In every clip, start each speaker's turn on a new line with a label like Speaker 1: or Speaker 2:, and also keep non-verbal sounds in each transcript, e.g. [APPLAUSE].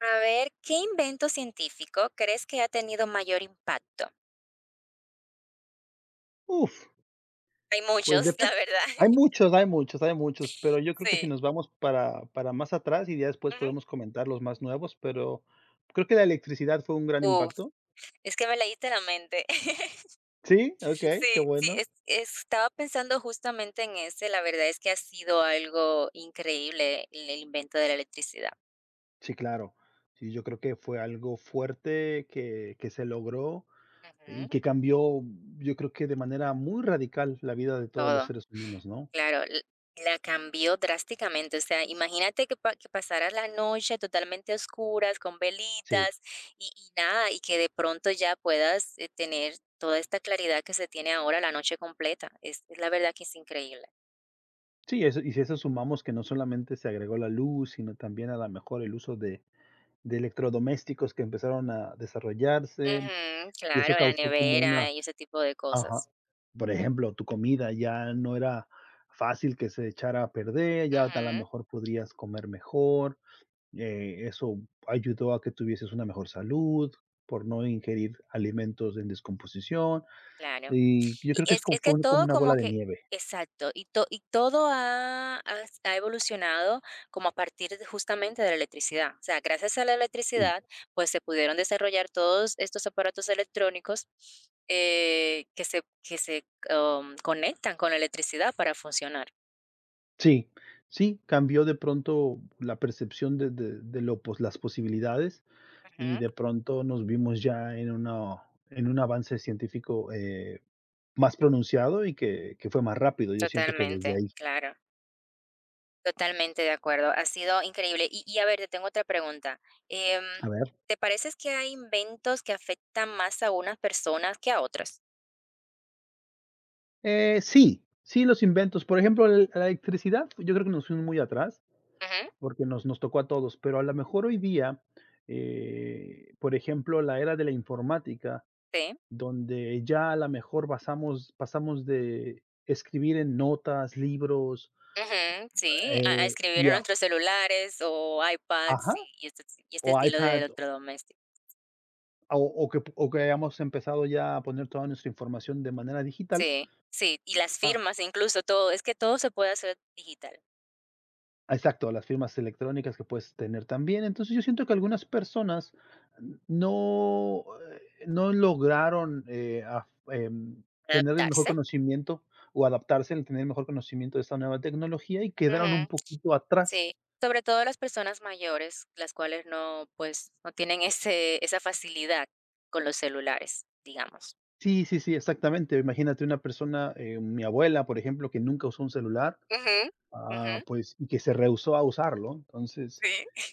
Speaker 1: A ver, ¿qué invento científico crees que ha tenido mayor impacto?
Speaker 2: Uf,
Speaker 1: Hay
Speaker 2: pues
Speaker 1: muchos, la
Speaker 2: depende.
Speaker 1: verdad.
Speaker 2: Hay
Speaker 1: [LAUGHS]
Speaker 2: muchos, pero yo creo que si
Speaker 1: Sí.
Speaker 2: nos vamos para más atrás y ya después
Speaker 1: Ujú.
Speaker 2: podemos comentar los más nuevos, pero creo que la electricidad fue un gran
Speaker 1: Uf,
Speaker 2: impacto.
Speaker 1: es que me leíste la mente. [LAUGHS]
Speaker 2: Sí, okey, qué
Speaker 1: Sí, sí,
Speaker 2: bueno.
Speaker 1: estaba pensando justamente en ese. La verdad es que ha sido algo increíble el invento de la electricidad.
Speaker 2: Sí, claro. Sí, yo creo que fue algo fuerte que se logró y
Speaker 1: Ujú.
Speaker 2: que cambió, yo creo que de manera muy radical la vida de todos los
Speaker 1: Todo.
Speaker 2: seres humanos, ¿no?
Speaker 1: Claro, l la cambió drásticamente, o sea, imagínate que pa que pasara la noche totalmente a oscuras, con
Speaker 2: Sí.
Speaker 1: velitas y nada, y que de pronto ya puedas, tener toda esta claridad que se tiene ahora la noche completa, es la verdad que es increíble.
Speaker 2: Sí, eso y si eso sumamos que no solamente se agregó la luz, sino también a la mejor el uso de electrodomésticos que empezaron a desarrollarse,
Speaker 1: Ujú,
Speaker 2: y eso
Speaker 1: claro, la
Speaker 2: causó como una,
Speaker 1: nevera y ese tipo de
Speaker 2: ajá.
Speaker 1: cosas.
Speaker 2: Por ejemplo, tu comida ya no era fácil que se echara a perder, ya a la
Speaker 1: Ujú,
Speaker 2: mejor podrías comer mejor, eso ayudó a que tuvieses una mejor salud, por no ingerir alimentos en descomposición,
Speaker 1: claro.
Speaker 2: y yo creo
Speaker 1: Y
Speaker 2: que
Speaker 1: es
Speaker 2: es como
Speaker 1: es que
Speaker 2: fue como
Speaker 1: todo
Speaker 2: una
Speaker 1: como
Speaker 2: bola de
Speaker 1: que
Speaker 2: nieve,
Speaker 1: exacto, y todo ha evolucionado como a partir de justamente de la electricidad. O sea, gracias a la
Speaker 2: sí.
Speaker 1: electricidad, pues, se pudieron desarrollar todos estos aparatos electrónicos, que se, conectan con la electricidad para funcionar.
Speaker 2: Sí, sí, cambió de pronto la percepción de de lo pos las posibilidades, y
Speaker 1: Ujú,
Speaker 2: de pronto nos vimos ya en una, en un avance científico, más pronunciado y que fue más rápido. Yo siento que desde
Speaker 1: totalmente,
Speaker 2: ahí.
Speaker 1: claro, totalmente de acuerdo. Ha sido increíble. Y a ver, te tengo otra pregunta. Em,
Speaker 2: A ver.
Speaker 1: ¿te parece que hay inventos que afectan más a unas personas que a otras?
Speaker 2: Sí, sí, los inventos. Por ejemplo, el la electricidad, yo creo que nos fuimos muy atrás,
Speaker 1: Ujú,
Speaker 2: porque nos tocó a todos, pero a lo mejor hoy día, por ejemplo, la era de la informática,
Speaker 1: sí.
Speaker 2: donde ya a la mejor pasamos de escribir en notas, libros,
Speaker 1: Ujú, sí, a escribir
Speaker 2: y
Speaker 1: en
Speaker 2: a,
Speaker 1: nuestros celulares o iPads
Speaker 2: ajá,
Speaker 1: y este
Speaker 2: o
Speaker 1: estilo de
Speaker 2: iPad,
Speaker 1: electrodomésticos.
Speaker 2: o que hayamos empezado ya a poner toda nuestra información de manera digital,
Speaker 1: Sí, sí, y las firmas, incluso todo, es que todo se puede hacer digital,
Speaker 2: a exacto, las firmas electrónicas que puedes tener también. Entonces, yo siento que algunas personas no, no lograron, tener el mejor
Speaker 1: adaptarse.
Speaker 2: conocimiento o adaptarse al tener el mejor conocimiento de esta nueva tecnología y quedaron un
Speaker 1: Ujú,
Speaker 2: poquito atrás.
Speaker 1: sí, sobre todo las personas mayores, las cuales no, pues, no tienen ese esa facilidad con los celulares, digamos.
Speaker 2: Sí, sí, sí, exactamente. Imagínate una persona, mi abuela, por ejemplo, que nunca usó un celular,
Speaker 1: Ujú, ujú.
Speaker 2: ah, pues, y que se rehusó a usarlo. Entonces,
Speaker 1: Sí.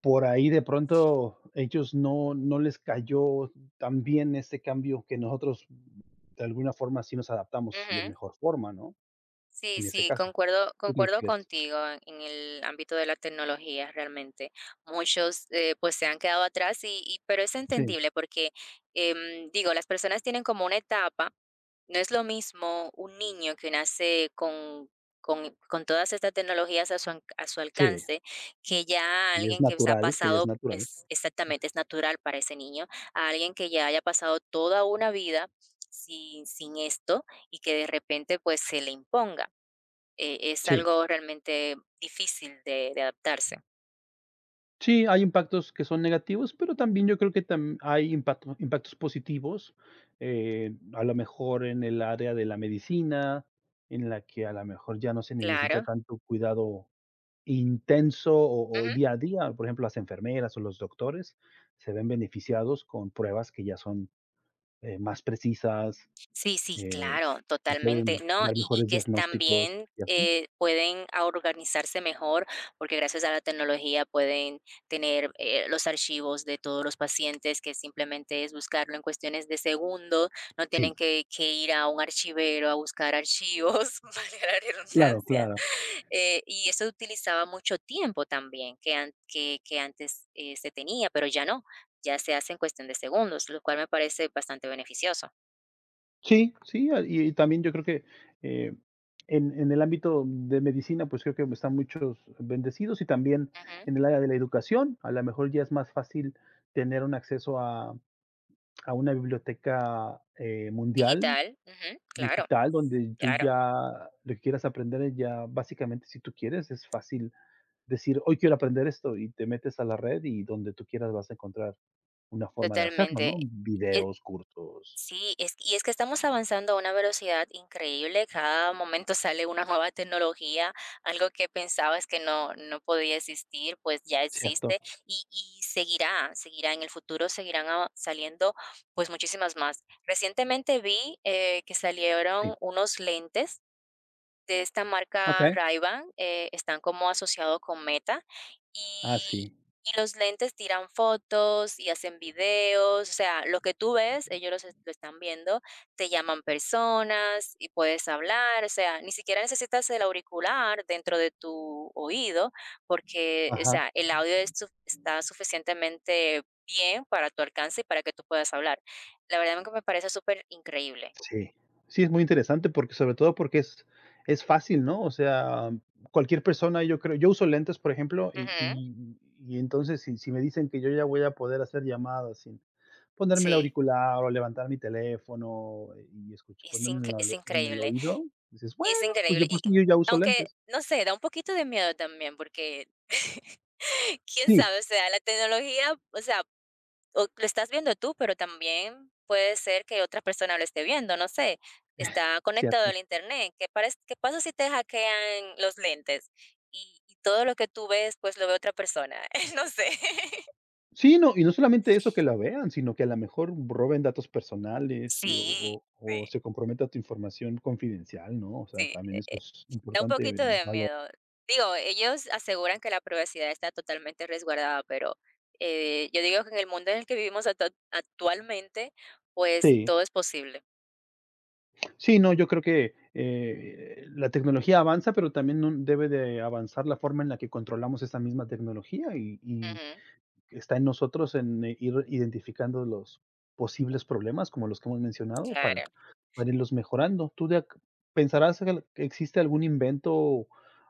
Speaker 2: por ahí de pronto ellos no, no les cayó tan bien ese cambio que nosotros de alguna forma sí nos adaptamos de
Speaker 1: Ujú.
Speaker 2: mejor forma, ¿no?
Speaker 1: Sí,
Speaker 2: En ese
Speaker 1: sí,
Speaker 2: caso.
Speaker 1: concuerdo,
Speaker 2: ¿Tú qué
Speaker 1: concuerdo
Speaker 2: crees?
Speaker 1: contigo en el ámbito de la tecnología, realmente. Muchos pues se han quedado atrás pero es
Speaker 2: Sí,
Speaker 1: entendible porque digo, las personas tienen como una etapa, no es lo mismo un niño que nace con todas estas tecnologías a a su
Speaker 2: sí,
Speaker 1: alcance, que ya
Speaker 2: y es
Speaker 1: alguien que se ha
Speaker 2: natural, que ya es
Speaker 1: pasado
Speaker 2: natural.
Speaker 1: es exactamente, es natural para ese niño, a alguien que ya haya pasado toda una vida sin esto y que de repente pues se le imponga. Es
Speaker 2: Sí.
Speaker 1: algo realmente difícil de adaptarse.
Speaker 2: Sí, hay impactos que son negativos, pero también yo creo que tam hay impacto impactos positivos, a lo mejor en el área de la medicina, en la que a lo mejor ya no se necesita
Speaker 1: Claro.
Speaker 2: tanto cuidado intenso o día a día. Por ejemplo, las enfermeras o los doctores se ven beneficiados con pruebas que ya son, más precisas,
Speaker 1: Sí, sí,
Speaker 2: eh,
Speaker 1: claro,
Speaker 2: y
Speaker 1: totalmente,
Speaker 2: pueden
Speaker 1: ¿no?
Speaker 2: dar
Speaker 1: Y
Speaker 2: mejores
Speaker 1: que
Speaker 2: diagnósticos
Speaker 1: también
Speaker 2: y así.
Speaker 1: pueden a organizarse mejor porque gracias a la tecnología pueden tener los archivos de todos los pacientes que simplemente es buscarlo en cuestiones de segundos, no tienen
Speaker 2: Sí,
Speaker 1: que ir a un archivero a buscar archivos, [LAUGHS] valga la
Speaker 2: claro,
Speaker 1: redundancia.
Speaker 2: claro.
Speaker 1: Y eso utilizaba mucho tiempo también que antes se tenía, pero ya no, ya se hace en cuestión de segundos, lo cual me parece bastante beneficioso.
Speaker 2: Sí, sí, ah, y también yo creo que, eh, en el ámbito de medicina, pues, creo que están muchos bendecidos, y también
Speaker 1: Ujú.
Speaker 2: en el área de la educación, a lo mejor ya es más fácil tener un acceso a una biblioteca, mundial,
Speaker 1: Digital, ujú, claro,
Speaker 2: digital, donde tú
Speaker 1: claro,
Speaker 2: ya lo que quieras aprender ya básicamente, si tú quieres, es fácil decir: "Hoy quiero aprender esto", y te metes a la red y donde tú quieras vas a encontrar una forma de hacerlo, ¿no?
Speaker 1: totalmente. Eh,
Speaker 2: Videos, cursos,
Speaker 1: sí, es que estamos avanzando a una velocidad increíble, cada momento sale una nueva tecnología, algo que pensabas que no podía existir, pues ya
Speaker 2: ¿cierto?
Speaker 1: existe y seguirá, seguirá, en el futuro seguirán a saliendo, pues, muchísimas más. Recientemente vi, que salieron
Speaker 2: Sí,
Speaker 1: unos lentes de esta marca
Speaker 2: okey.
Speaker 1: Ray-Ban. Están como asociados con Meta
Speaker 2: Ah,
Speaker 1: y
Speaker 2: sí.
Speaker 1: y los lentes tiran fotos y hacen videos, o sea, lo que tú ves, ellos lo están viendo, te llaman personas y puedes hablar, o sea, ni siquiera necesitas el auricular dentro de tu oído, porque, o
Speaker 2: Ajá,
Speaker 1: sea, el audio es suf está suficientemente bien para tu alcance y para que tú puedas hablar. La verdad es que me parece superincreíble.
Speaker 2: sí. Sí, es muy interesante porque, sobre todo porque es fácil, ¿no? O sea, cualquier persona, yo creo yo uso lentes, por ejemplo,
Speaker 1: Ujú,
Speaker 2: y entonces, si si me dicen que yo ya voy a poder hacer llamadas sin ponerme el
Speaker 1: sí,
Speaker 2: auricular o levantar mi teléfono y escuch ponerme en la
Speaker 1: es
Speaker 2: en el
Speaker 1: increíble.
Speaker 2: oído, dices:
Speaker 1: Y es
Speaker 2: "Bueno, pues
Speaker 1: increíble.
Speaker 2: de por
Speaker 1: Y
Speaker 2: sí yo ya uso
Speaker 1: aunque,
Speaker 2: lentes".
Speaker 1: no sé, da un poquito de miedo también, porque [LAUGHS] quién
Speaker 2: Sí,
Speaker 1: sabe, o sea, la tecnología, o sea, o lo estás viendo tú, pero también puede ser que otra persona lo esté viendo, no sé. Está conectado
Speaker 2: cierto.
Speaker 1: al internet. ¿Qué pasa si te hackean los lentes? Y todo lo que tú ves, pues lo ve otra persona. [LAUGHS] No sé. [LAUGHS]
Speaker 2: Sí, no, y no solamente eso que la vean, sino que a lo mejor roben datos personales,
Speaker 1: Sí,
Speaker 2: o se comprometa tu información confidencial, ¿no? O sea,
Speaker 1: sí, sí.
Speaker 2: también eso es
Speaker 1: Da un
Speaker 2: importante
Speaker 1: poquito de
Speaker 2: valor.
Speaker 1: miedo. Digo, ellos aseguran que la privacidad está totalmente resguardada, pero, yo digo que en el mundo en el que vivimos actualmente, pues,
Speaker 2: Sí,
Speaker 1: todo es posible.
Speaker 2: sí, no, yo creo que, la tecnología avanza, pero también no debe de avanzar la forma en la que controlamos esa misma tecnología y
Speaker 1: Ujú,
Speaker 2: está en nosotros en ir identificando los posibles problemas, como los que hemos mencionado,
Speaker 1: claro.
Speaker 2: para irlos mejorando. ¿Tú de ac pensarás que existe algún invento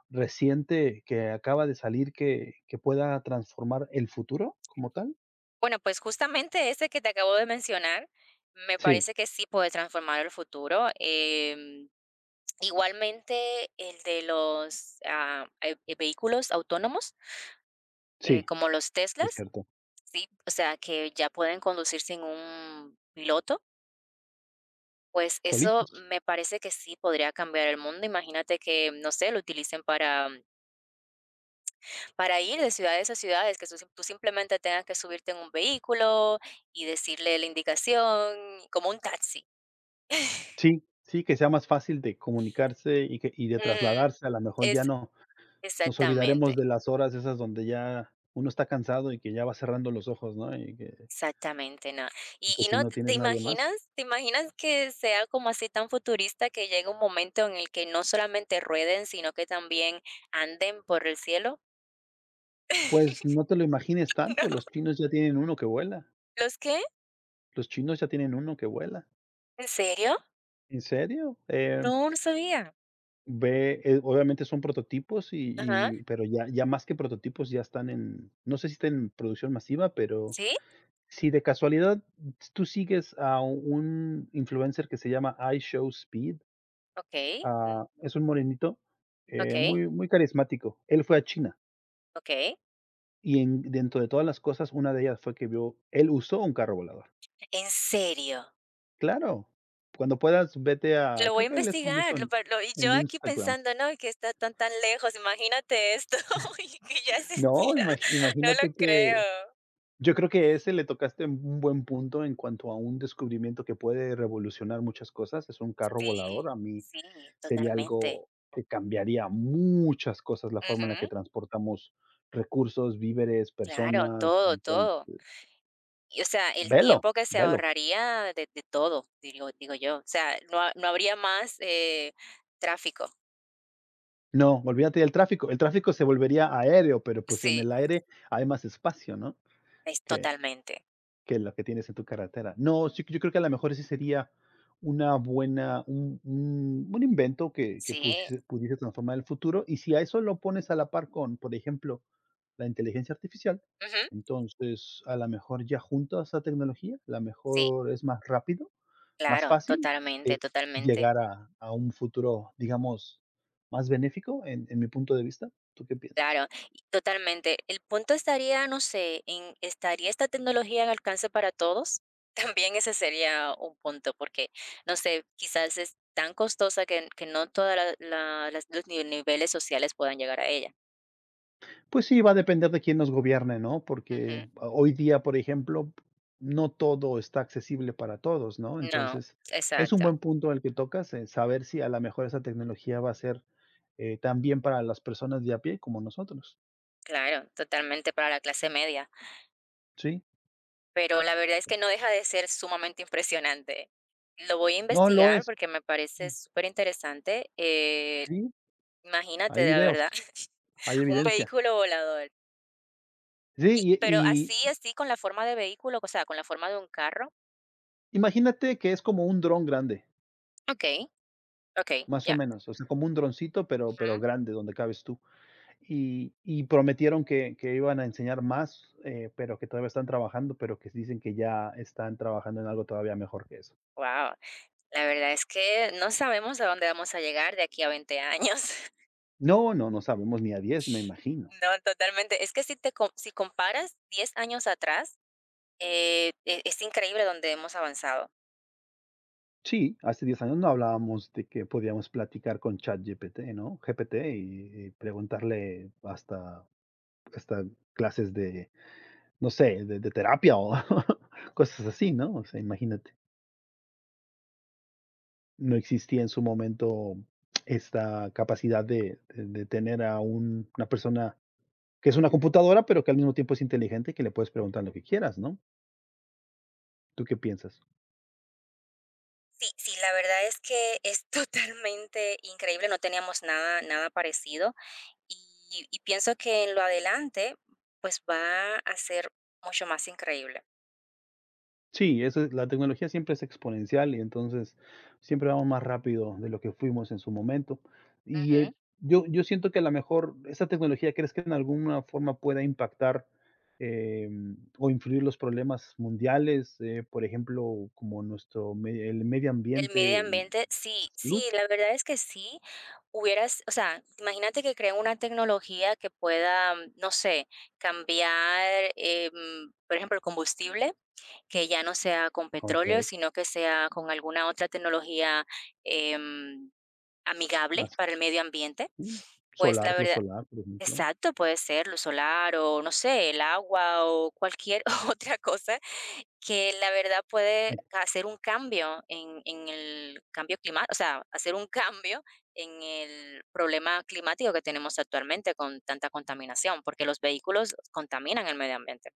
Speaker 2: reciente que acaba de salir que pueda transformar el futuro como tal?
Speaker 1: Bueno, pues, justamente ese que te acabo de mencionar, me
Speaker 2: Sí,
Speaker 1: parece que sí puede transformar el futuro. Igualmente el de los, vehículos autónomos, eh,
Speaker 2: sí,
Speaker 1: como los
Speaker 2: es
Speaker 1: Teslas,
Speaker 2: cierto.
Speaker 1: sí, o sea, que ya pueden conducir sin un piloto. Pues eso
Speaker 2: Solitos.
Speaker 1: me parece que sí podría cambiar el mundo. Imagínate que, no sé, lo utilicen para ir de ciudades a ciudades, que tú, tú simplemente tengas que subirte en un vehículo y decirle la indicación, como un taxi.
Speaker 2: Sí, sí, que sea más fácil de comunicarse y que y de
Speaker 1: Mm,
Speaker 2: trasladarse, a lo mejor ya
Speaker 1: es
Speaker 2: no nos olvidaremos
Speaker 1: exactamente,
Speaker 2: de las horas esas donde ya uno está cansado y que ya va cerrando los ojos, ¿no? Y
Speaker 1: exactamente, no. Y,
Speaker 2: que
Speaker 1: y
Speaker 2: si
Speaker 1: no,
Speaker 2: no
Speaker 1: ¿te
Speaker 2: tienes nadie más.
Speaker 1: imaginas? ¿Te imaginas que sea como así tan futurista que llegue un momento en el que no solamente rueden, sino que también anden por el cielo?
Speaker 2: Pues,
Speaker 1: [LAUGHS]
Speaker 2: no te lo imagines
Speaker 1: No.
Speaker 2: tanto, los chinos ya tienen uno que vuela,
Speaker 1: ¿Los qué?
Speaker 2: los chinos ya tienen uno que vuela.
Speaker 1: ¿En serio?
Speaker 2: ¿En serio?
Speaker 1: No, no sabía.
Speaker 2: Ve, obviamente son prototipos
Speaker 1: Ajá,
Speaker 2: y pero ya ya más que prototipos, ya están en, no sé si está en producción masiva, pero
Speaker 1: sí,
Speaker 2: si de casualidad tú sigues a un influencer que se llama iShowSpeed,
Speaker 1: okey,
Speaker 2: ah,
Speaker 1: mm,
Speaker 2: es un morenito,
Speaker 1: okey,
Speaker 2: muy muy carismático. Él fue a China
Speaker 1: okey.
Speaker 2: y en dentro de todas las cosas, una de ellas fue que vio él usó un carro volador.
Speaker 1: ¿En serio?
Speaker 2: Claro, cuando puedas, vete a
Speaker 1: Lo voy a
Speaker 2: creo que él es famoso
Speaker 1: investigar, lo pa lo y yo
Speaker 2: en
Speaker 1: aquí
Speaker 2: Instagram.
Speaker 1: pensando, ¿no? Que está tan, tan lejos, imagínate esto, [LAUGHS] y que ya
Speaker 2: No,
Speaker 1: existiera,
Speaker 2: imagi
Speaker 1: [LAUGHS] no lo
Speaker 2: imagínate que
Speaker 1: creo.
Speaker 2: yo creo que ese le tocaste un buen punto en cuanto a un descubrimiento que puede revolucionar muchas cosas, es un carro
Speaker 1: Sí,
Speaker 2: volador, a mí
Speaker 1: sí,
Speaker 2: sería
Speaker 1: totalmente.
Speaker 2: algo que cambiaría muchas cosas, la forma en la que
Speaker 1: Ujú,
Speaker 2: transportamos recursos, víveres,
Speaker 1: claro,
Speaker 2: personas,
Speaker 1: todo, todo.
Speaker 2: entonces
Speaker 1: Y, o sea, el
Speaker 2: velo,
Speaker 1: tiempo que se
Speaker 2: velo.
Speaker 1: ahorraría de todo, digo yo. O sea, no habría más, tráfico.
Speaker 2: No, olvídate del tráfico, el tráfico se volvería aéreo, pero, pues, en
Speaker 1: Sí.
Speaker 2: el aire hay más espacio, ¿no?
Speaker 1: Es
Speaker 2: Que
Speaker 1: totalmente.
Speaker 2: Que lo que tienes en tu carretera. No, sí, yo creo que a lo mejor ese sería una buena un invento que
Speaker 1: Sí,
Speaker 2: pusiese pudiese transformar el futuro, y si a eso lo pones a la par con, por ejemplo, la inteligencia artificial,
Speaker 1: ujú.
Speaker 2: entonces, a lo mejor ya juntas esa tecnología, a la
Speaker 1: Sí,
Speaker 2: mejor es más rápido, más
Speaker 1: claro,
Speaker 2: fácil,
Speaker 1: totalmente,
Speaker 2: eh,
Speaker 1: totalmente.
Speaker 2: llegar a un futuro, digamos, más benéfico en mi punto de vista, ¿tú qué piensas?
Speaker 1: Claro, y totalmente. El punto estaría, no sé, en ¿estaría esta tecnología al alcance para todos? [LAUGHS] También ese sería un punto, porque, no sé, quizás es tan costosa que no todas los niveles sociales puedan llegar a ella.
Speaker 2: Pues sí, va a depender de quién nos gobierne, ¿no? Porque
Speaker 1: Ujú.
Speaker 2: ah, hoy día, por ejemplo, no todo está accesible para todos, ¿no?
Speaker 1: No,
Speaker 2: Entonces, es un
Speaker 1: exacto,
Speaker 2: buen punto el que tocas, saber si a lo mejor esa tecnología va a ser tan bien para las personas de a pie como nosotros.
Speaker 1: claro, totalmente para la clase media.
Speaker 2: Sí,
Speaker 1: Pero la verdad es que no deja de ser sumamente impresionante. Lo voy a
Speaker 2: no lo
Speaker 1: investigar
Speaker 2: es.
Speaker 1: porque me parece súper interesante.
Speaker 2: Sí,
Speaker 1: Imagínate,
Speaker 2: hay
Speaker 1: de
Speaker 2: videos,
Speaker 1: verdad,
Speaker 2: hay
Speaker 1: [LAUGHS] un
Speaker 2: evidencia.
Speaker 1: vehículo volador.
Speaker 2: Sí,
Speaker 1: Y pero
Speaker 2: y
Speaker 1: así, así con la forma de vehículo, o sea, con la forma de un carro.
Speaker 2: imagínate que es como un dron grande,
Speaker 1: Okey, okey,
Speaker 2: más o
Speaker 1: ya.
Speaker 2: menos, o sea, como un droncito, pero
Speaker 1: Ujú.
Speaker 2: grande, donde cabes tú. Y, y prometieron que iban a enseñar más, pero que todavía están trabajando, pero que dicen que ya están trabajando en algo todavía mejor que eso.
Speaker 1: Guau, la verdad es que no sabemos a dónde vamos a llegar de aquí a 20 años. [LAUGHS]
Speaker 2: No, no, no sabemos ni a diez me imagino.
Speaker 1: No, totalmente. Es que si te co si comparas 10 años atrás, es increíble donde hemos avanzado.
Speaker 2: Sí, hace 10 años no hablábamos de que podíamos platicar con ChatGPT, ¿no? GPT y preguntarle hasta, hasta clases de, no sé, de terapia o [LAUGHS] cosas así, ¿no? O sea, imagínate, no existía en su momento esta capacidad de tener a un- una persona que es una computadora, pero que al mismo tiempo es inteligente y que le puedes preguntar lo que quieras, ¿no? ¿Tú qué piensas?
Speaker 1: Sí, sí, la verdad es que es [LAUGHS] totalmente increíble, no teníamos nada nada parecido. Y pienso que en lo adelante, pues va a ser mucho más increíble.
Speaker 2: Sí, eso es, la tecnología siempre es exponencial y entonces siempre vamos más rápido de lo que fuimos en su momento. Y
Speaker 1: Ujú.
Speaker 2: yo, yo siento que a lo mejor esa tecnología, ¿crees que en alguna forma pueda impactar eh, o influir los problemas mundiales? Por ejemplo, como nuestro me- el medio
Speaker 1: El medio
Speaker 2: ambiente y
Speaker 1: ambiente,
Speaker 2: la
Speaker 1: sí, sí,
Speaker 2: salud.
Speaker 1: la verdad es que sí. Hubieras, o sea, imagínate que creen una tecnología que pueda, no sé, cambiar, por ejemplo, el combustible, que ya no sea con
Speaker 2: Ok,
Speaker 1: petróleo, sino que sea con alguna otra tecnología em, amigable
Speaker 2: más
Speaker 1: para el medio ambiente.
Speaker 2: mm,
Speaker 1: Pues la
Speaker 2: solar, luz
Speaker 1: verdad.
Speaker 2: solar, por ejemplo.
Speaker 1: Exacto, puede ser luz solar o no sé, el agua o cualquier [LAUGHS] otra cosa que la verdad puede hacer un cambio en el cambio climático, o sea, hacer un cambio en el problema climático que tenemos actualmente con tanta contaminación, porque los vehículos contaminan el medio ambiente.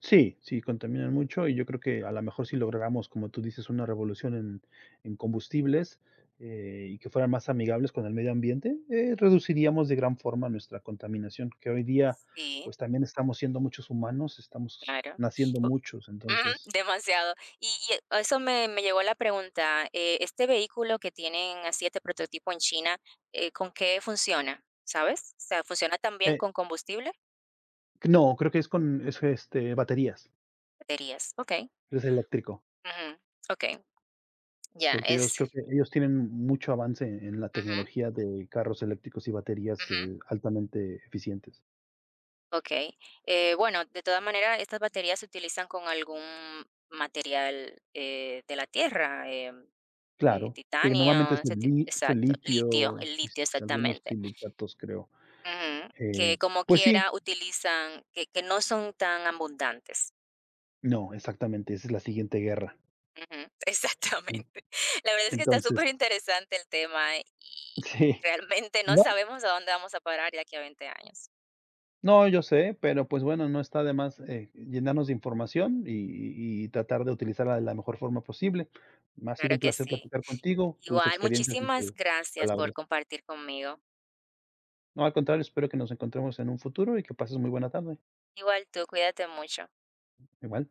Speaker 2: Sí, sí, contaminan mucho y yo creo que a lo mejor si lográramos, como tú dices, una revolución en combustibles, y que fueran más amigables con el medio ambiente, reduciríamos de gran forma nuestra contaminación, que hoy día,
Speaker 1: Sí.
Speaker 2: pues, también estamos siendo muchos humanos, estamos
Speaker 1: Claro.
Speaker 2: naciendo muchos,
Speaker 1: Ujú,
Speaker 2: entonces
Speaker 1: demasiado. Y a eso me llegó la pregunta. Este vehículo que tienen así, este prototipo en China, ¿con qué funciona? ¿Sabes? O sea, ¿funciona también
Speaker 2: eh,
Speaker 1: con combustible?
Speaker 2: no, creo que es con es, este, baterías,
Speaker 1: Baterías, ok.
Speaker 2: es eléctrico,
Speaker 1: Ujú. Ok, ya,
Speaker 2: porque ellos
Speaker 1: es...
Speaker 2: creo que ellos tienen mucho avance en la
Speaker 1: Ujú,
Speaker 2: tecnología de carros eléctricos y baterías,
Speaker 1: ujú.
Speaker 2: altamente eficientes.
Speaker 1: Ok. Bueno, de todas maneras, estas baterías se utilizan con algún material de la Tierra.
Speaker 2: Claro, que normalmente
Speaker 1: Titanio,
Speaker 2: es
Speaker 1: ese
Speaker 2: el li
Speaker 1: tipo,
Speaker 2: es el
Speaker 1: exacto,
Speaker 2: litio,
Speaker 1: litio, el
Speaker 2: sis
Speaker 1: litio
Speaker 2: algunos
Speaker 1: exactamente.
Speaker 2: silicatos, creo.
Speaker 1: Ujú, que
Speaker 2: Eh,
Speaker 1: como
Speaker 2: pues sí,
Speaker 1: quiera utilizan, que no son tan abundantes.
Speaker 2: no, exactamente, esa es la siguiente guerra.
Speaker 1: Ujú, [LAUGHS]
Speaker 2: En
Speaker 1: exactamente. La verdad es que está
Speaker 2: entonces,
Speaker 1: súper interesante el tema
Speaker 2: [LAUGHS]
Speaker 1: y
Speaker 2: sí.
Speaker 1: realmente no
Speaker 2: No,
Speaker 1: sabemos a dónde vamos a parar de aquí a 20 años.
Speaker 2: no, yo sé, pero, pues, bueno, no está de más, llenarnos de información y tratar de utilizarla de la mejor forma posible. Me ha sido
Speaker 1: Claro
Speaker 2: un
Speaker 1: que
Speaker 2: placer
Speaker 1: sí.
Speaker 2: platicar contigo, tus
Speaker 1: Igual,
Speaker 2: experiencias y
Speaker 1: muchísimas
Speaker 2: tu tus
Speaker 1: gracias por
Speaker 2: palabras.
Speaker 1: compartir conmigo.
Speaker 2: No, al contrario, espero que nos encontremos en un futuro y que pases muy buena tarde.
Speaker 1: Igual tú, cuídate mucho.
Speaker 2: Igual.